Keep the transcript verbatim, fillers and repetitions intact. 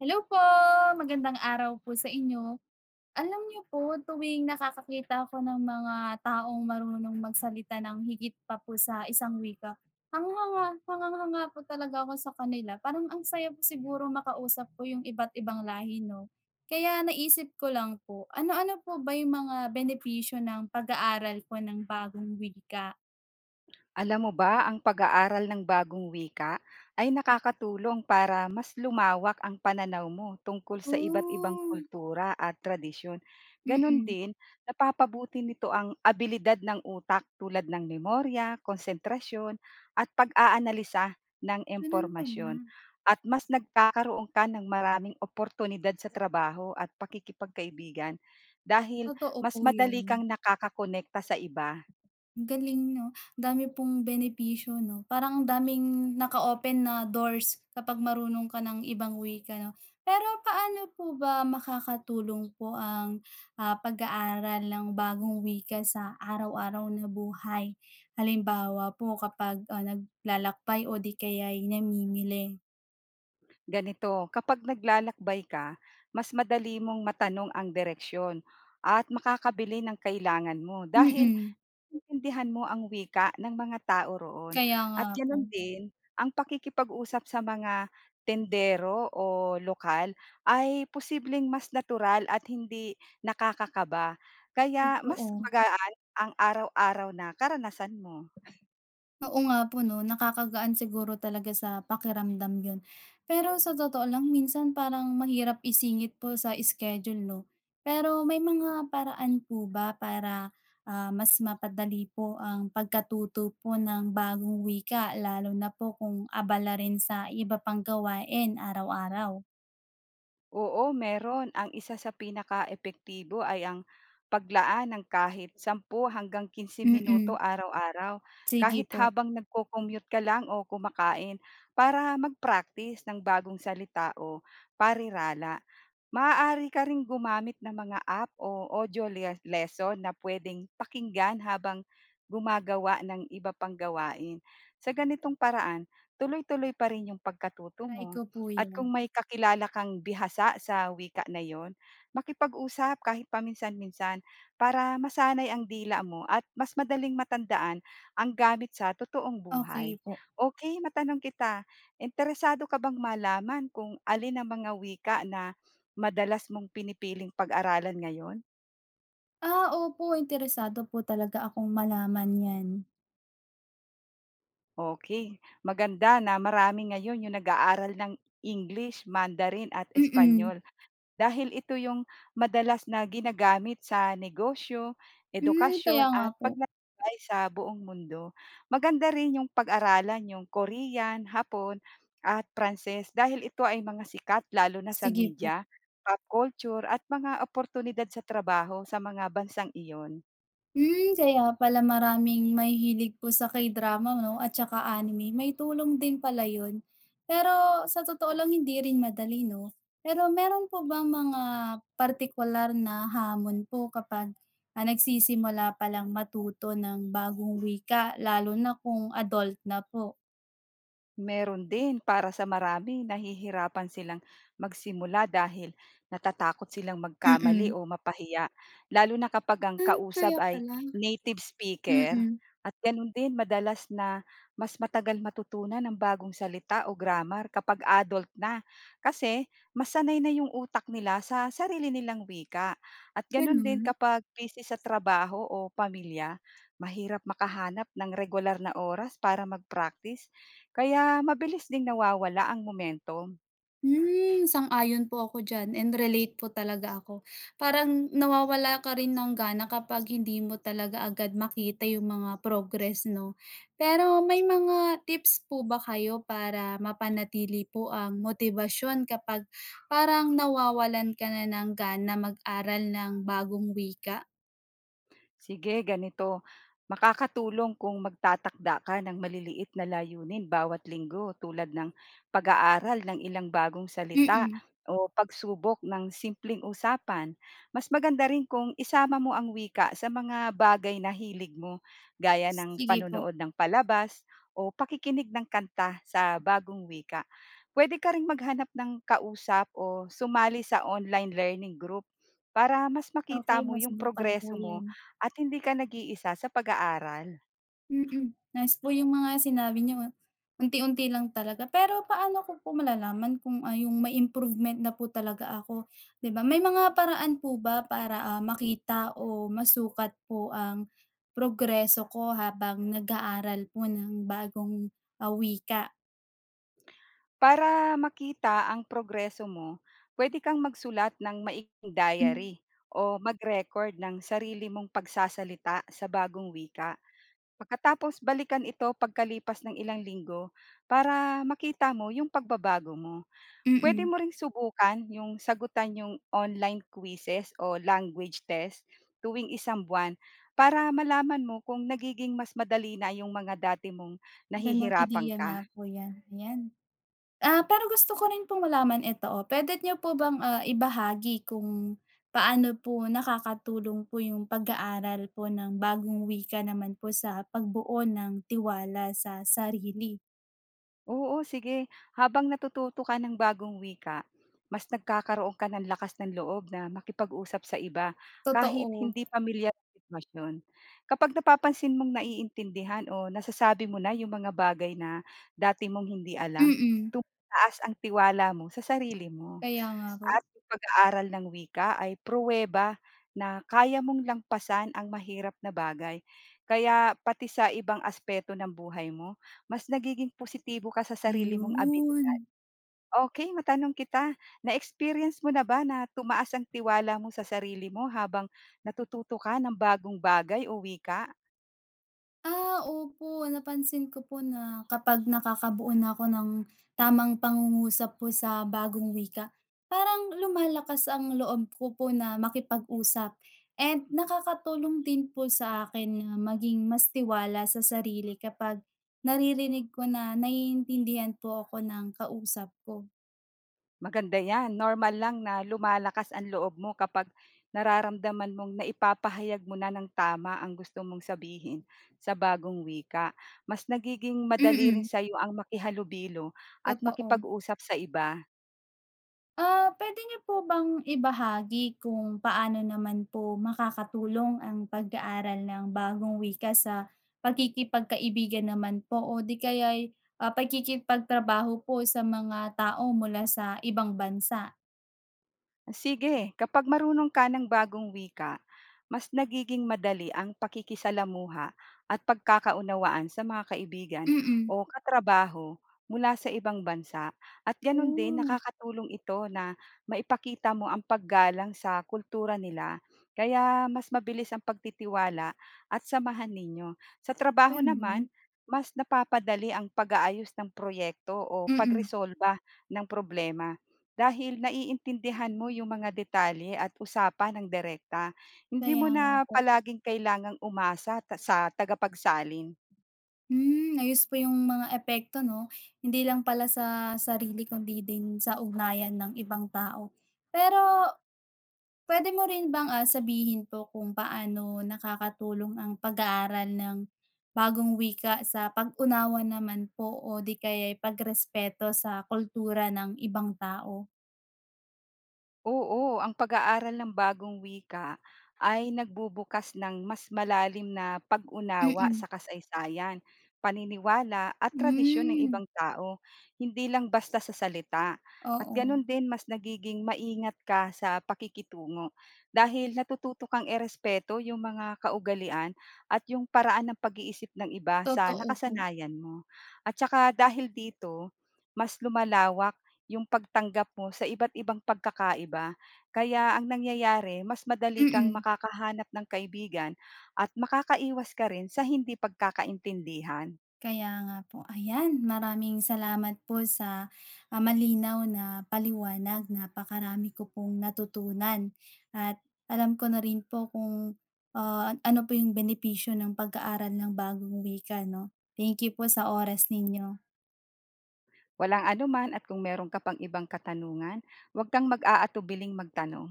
Hello po, magandang araw po sa inyo. Alam niyo po, tuwing nakakakita ako ng mga taong marunong magsalita ng higit pa po sa isang wika, hanghanga, hanganghanga po talaga ako sa kanila. Parang ang saya po siguro makausap po yung iba't ibang lahi, no? Kaya naisip ko lang po, ano-ano po ba yung mga benepisyo ng pag-aaral po ng bagong wika? Alam mo ba, ang pag-aaral ng bagong wika ay nakakatulong para mas lumawak ang pananaw mo tungkol sa iba't ibang Oh, kultura at tradisyon. Ganon mm. din, napapabuti nito ang abilidad ng utak tulad ng memorya, konsentrasyon, at pag-aanalisa ng Ganun pala. impormasyon. At mas nagkakaroon ka ng maraming oportunidad sa trabaho at pakikipagkaibigan dahil Totoo mas po madali yun. kang nakakakonekta sa iba. Ang galing 'no, dami pong benepisyo 'no, parang ang daming naka-open na doors kapag marunong ka ng ibang wika 'no. Pero paano po ba makakatulong po ang, ah, pag-aaral ng bagong wika sa araw-araw na buhay? Halimbawa po kapag, ah, naglalakbay o di kaya'y namimili. Ganito, kapag naglalakbay ka, mas madali mong matanong ang direksyon at makakabili ng kailangan mo dahil Mm, intindihan mo ang wika ng mga tao roon. kaya nga At po, ganoon din, ang pakikipag-usap sa mga tendero o lokal ay posibleng mas natural at hindi nakakakaba. Kaya mas totoo. magaan ang araw-araw na karanasan mo. Oo nga po 'no, nakakagaan siguro talaga sa pakiramdam yun. Pero sa totoo lang minsan parang mahirap isingit po sa schedule 'no. Pero may mga paraan po ba para, ah, mas mapadali po ang pagkatuto po ng bagong wika lalo na po kung abala rin sa iba pang gawain araw-araw? Oo, meron. Ang isa sa pinaka epektibo ay ang paglaan ng kahit sampu hanggang kinse Mm, minuto araw-araw, sige kahit po. habang nagko-commute ka lang o kumakain, para mag-practice ng bagong salita o parirala. Maaari ka ring gumamit ng mga app o audio les lesson na puwedeng pakinggan habang gumagawa ng iba pang gawain. Sa ganitong paraan, tuloy-tuloy pa rin yung pagkatuto Try ko mo. po At yan. kung may kakilala kang bihasa sa wika na yon, makipag-usap kahit paminsan-minsan para masanay ang dila mo at mas madaling matandaan ang gamit sa totoong Okey buhay. po. Okay, matanong kita, interesado ka bang malaman kung alin ang mga wika na madalas mong pinipiling pag-aralan ngayon? Ah, opo, interesado po talaga akong malaman yan. Okay, maganda na marami ngayon yung nag-aaral ng English, Mandarin at Mm. Espanyol dahil ito yung madalas na ginagamit sa negosyo, Hmm, kaya edukasyon nga at po. paglalakbay sa buong mundo. Maganda rin yung pag-aralan yung Korean, Hapon at Pranses dahil ito ay mga sikat lalo na sa Sige po. media, pop culture at mga oportunidad sa trabaho sa mga bansang iyon. Hmm, kaya pala maraming mahihilig po sa K-drama 'no at saka anime. May tulong din pala yun. Pero sa totoo lang hindi rin madali 'no? Pero meron po bang mga partikular na hamon po kapag, ah, nagsisimula palang matuto ng bagong wika lalo na kung adult na po? Meron din, para sa marami, nahihirapan silang magsimula dahil natatakot silang magkamali Mm. o mapahiya, lalo na kapag ang Ah, kaya kausap ay pala. native speaker. Mm, At gano'n din, madalas na mas matagal matutunan ng bagong salita o grammar kapag adult na, kasi masanay na yung utak nila sa sarili nilang wika. At gano'n din, ganun. kapag busy sa trabaho o pamilya, mahirap makahanap ng regular na oras para mag-practice, kaya mabilis ding nawawala ang momentum. Hmm, sang-ayon po ako diyan and relate po talaga ako. Parang nawawala ka rin ng gana kapag hindi mo talaga agad makita yung mga progress 'no. Pero may mga tips po ba kayo para mapanatili po ang motibasyon kapag parang nawawalan ka na ng gana mag-aral ng bagong wika? Sige, ganito. Makakatulong kung magtatakda ka ng maliliit na layunin bawat linggo, tulad ng pag-aaral ng ilang bagong salita Mm, o pagsubok ng simpleng usapan. Mas maganda rin kung isama mo ang wika sa mga bagay na hilig mo, gaya ng sige po. panonood ng palabas o pakikinig ng kanta sa bagong wika. Pwede ka rin maghanap ng kausap o sumali sa online learning group para mas makita Okay, mo yung masubukan progreso po mo yan. at hindi ka nag-iisa sa pag-aaral. Mm, nice po yung mga sinabi niyo, ah. Unti-unti lang talaga. Pero paano ko po malalaman kung, ah, yung may improvement na po talaga ako, 'di ba? May mga paraan po ba para, ah, makita o masukat po ang progreso ko habang nag-aaral po ng bagong, ah, wika? Para makita ang progreso mo, pwede kang magsulat ng maiksing diary o mag-record ng sarili mong pagsasalita sa bagong wika. Pagkatapos, balikan ito pagkalipas ng ilang linggo para makita mo yung pagbabago mo. Pwede Mm, mo ring subukan yung sagutan yung online quizzes o language test tuwing isang buwan para malaman mo kung nagiging mas madali na yung mga dati mong ganong nahihirapan ideya nga ka. po 'yan, ayan. Ah, pero gusto ko rin pong malaman ito, puwede niyo po bang, ah, ibahagi kung paano po nakakatulong po yung pag-aaral po ng bagong wika naman po sa pagbuo ng tiwala sa sarili? Oo, sige. Habang natututo ka ng bagong wika, mas nagkakaroon ka ng lakas ng loob na makipag-usap sa iba kahit Totoo, hindi pamilyar ang sitwasyon. Kapag napapansin mong naiintindihan o nasasabi mo na yung mga bagay na dati mong hindi alam, mm. tumataas ang tiwala mo sa sarili mo. Kaya nga po. At yung pag-aaral ng wika ay pruweba na kaya mong lang pasan ang mahirap na bagay. Kaya pati sa ibang aspeto ng buhay mo, mas nagiging positibo ka sa sarili mong abilidad. Ayun. Okay, matanong kita, na-experience mo na ba na tumaas ang tiwala mo sa sarili mo habang natututo ka ng bagong bagay o wika? Ah, opo. Napansin ko po na kapag nakakabuo na ako ng tamang pangungusap po sa bagong wika, parang lumalakas ang loob ko po na makipag-usap. And nakakatulong din po sa akin na maging mas tiwala sa sarili kapag naririnig ko na naiintindihan po ako ng kausap ko. Maganda 'yan, normal lang na lumalakas ang loob mo kapag nararamdaman mong naipapahayag mo na ng tama ang gusto mong sabihin sa bagong wika. Mas nagiging madali rin Mm, sa'yo ang makihalubilo at totoo. makipag-usap sa iba. Ah, puwede niyo po bang ibahagi kung paano naman po makakatulong ang pag-aaral ng bagong wika sa pagkikipagkaibigan naman po o di kaya ah, pakikipagtrabaho po sa mga tao mula sa ibang bansa? Sige, kapag marunong ka ng bagong wika, mas nagiging madali ang pakikisalamuha at pagkakaunawaan sa mga kaibigan Mm. o katrabaho mula sa ibang bansa. At ganun din, Oh, nakakatulong ito na maipakita mo ang paggalang sa kultura nila, kaya mas mabilis ang pagtitiwala at samahan ninyo. Sa trabaho gano'n? naman, mas napapadali ang pag-aayos ng proyekto o Mm, pagresolba ng problema dahil naiintindihan mo yung mga detalye at usapan ng direkta, hindi kaya mo nga na po. palaging kailangang umasa ta sa tagapagsalin. Hmm, ayos po yung mga epekto 'no? Hindi lang pala sa sarili kundi din sa ugnayan ng ibang tao. Pero puwede mo rin bang, ah, sabihin po kung paano nakakatulong ang pag-aaral ng bagong wika sa pag-unawa naman po o di kaya pagrespeto sa kultura ng ibang tao? Oo, ang pag-aaral ng bagong wika ay nagbubukas ng mas malalim na pag-unawa Mm-mm. sa kasaysayan, paniniwala at tradisyon ng Mm. Hmm, ibang tao, hindi lang basta sa salita. At oo. ganun din, mas nagiging maingat ka sa pakikitungo dahil natututo kang erespeto yung mga kaugalian at yung paraan ng pag-iisip ng iba sa Totoo po. nakasanayan mo. At saka dahil dito, mas lumalawak yung pagtanggap mo sa iba't ibang pagkakaiba. Kaya ang nangyayari, mas madali kang Mm. makakahanap ng kaibigan at makakaiwas ka rin sa hindi pagkakaintindihan. Kaya nga po. Ayan, maraming salamat po sa, ah, malinaw na paliwanag. Napakarami ko pong natutunan at alam ko na rin po kung, ah, ano po yung benepisyo ng pag-aaral ng bagong wika 'no. Thank you po sa oras ninyo. Walang anuman, at kung meron ka pang ibang katanungan, huwag kang mag-aatubiling magtanong.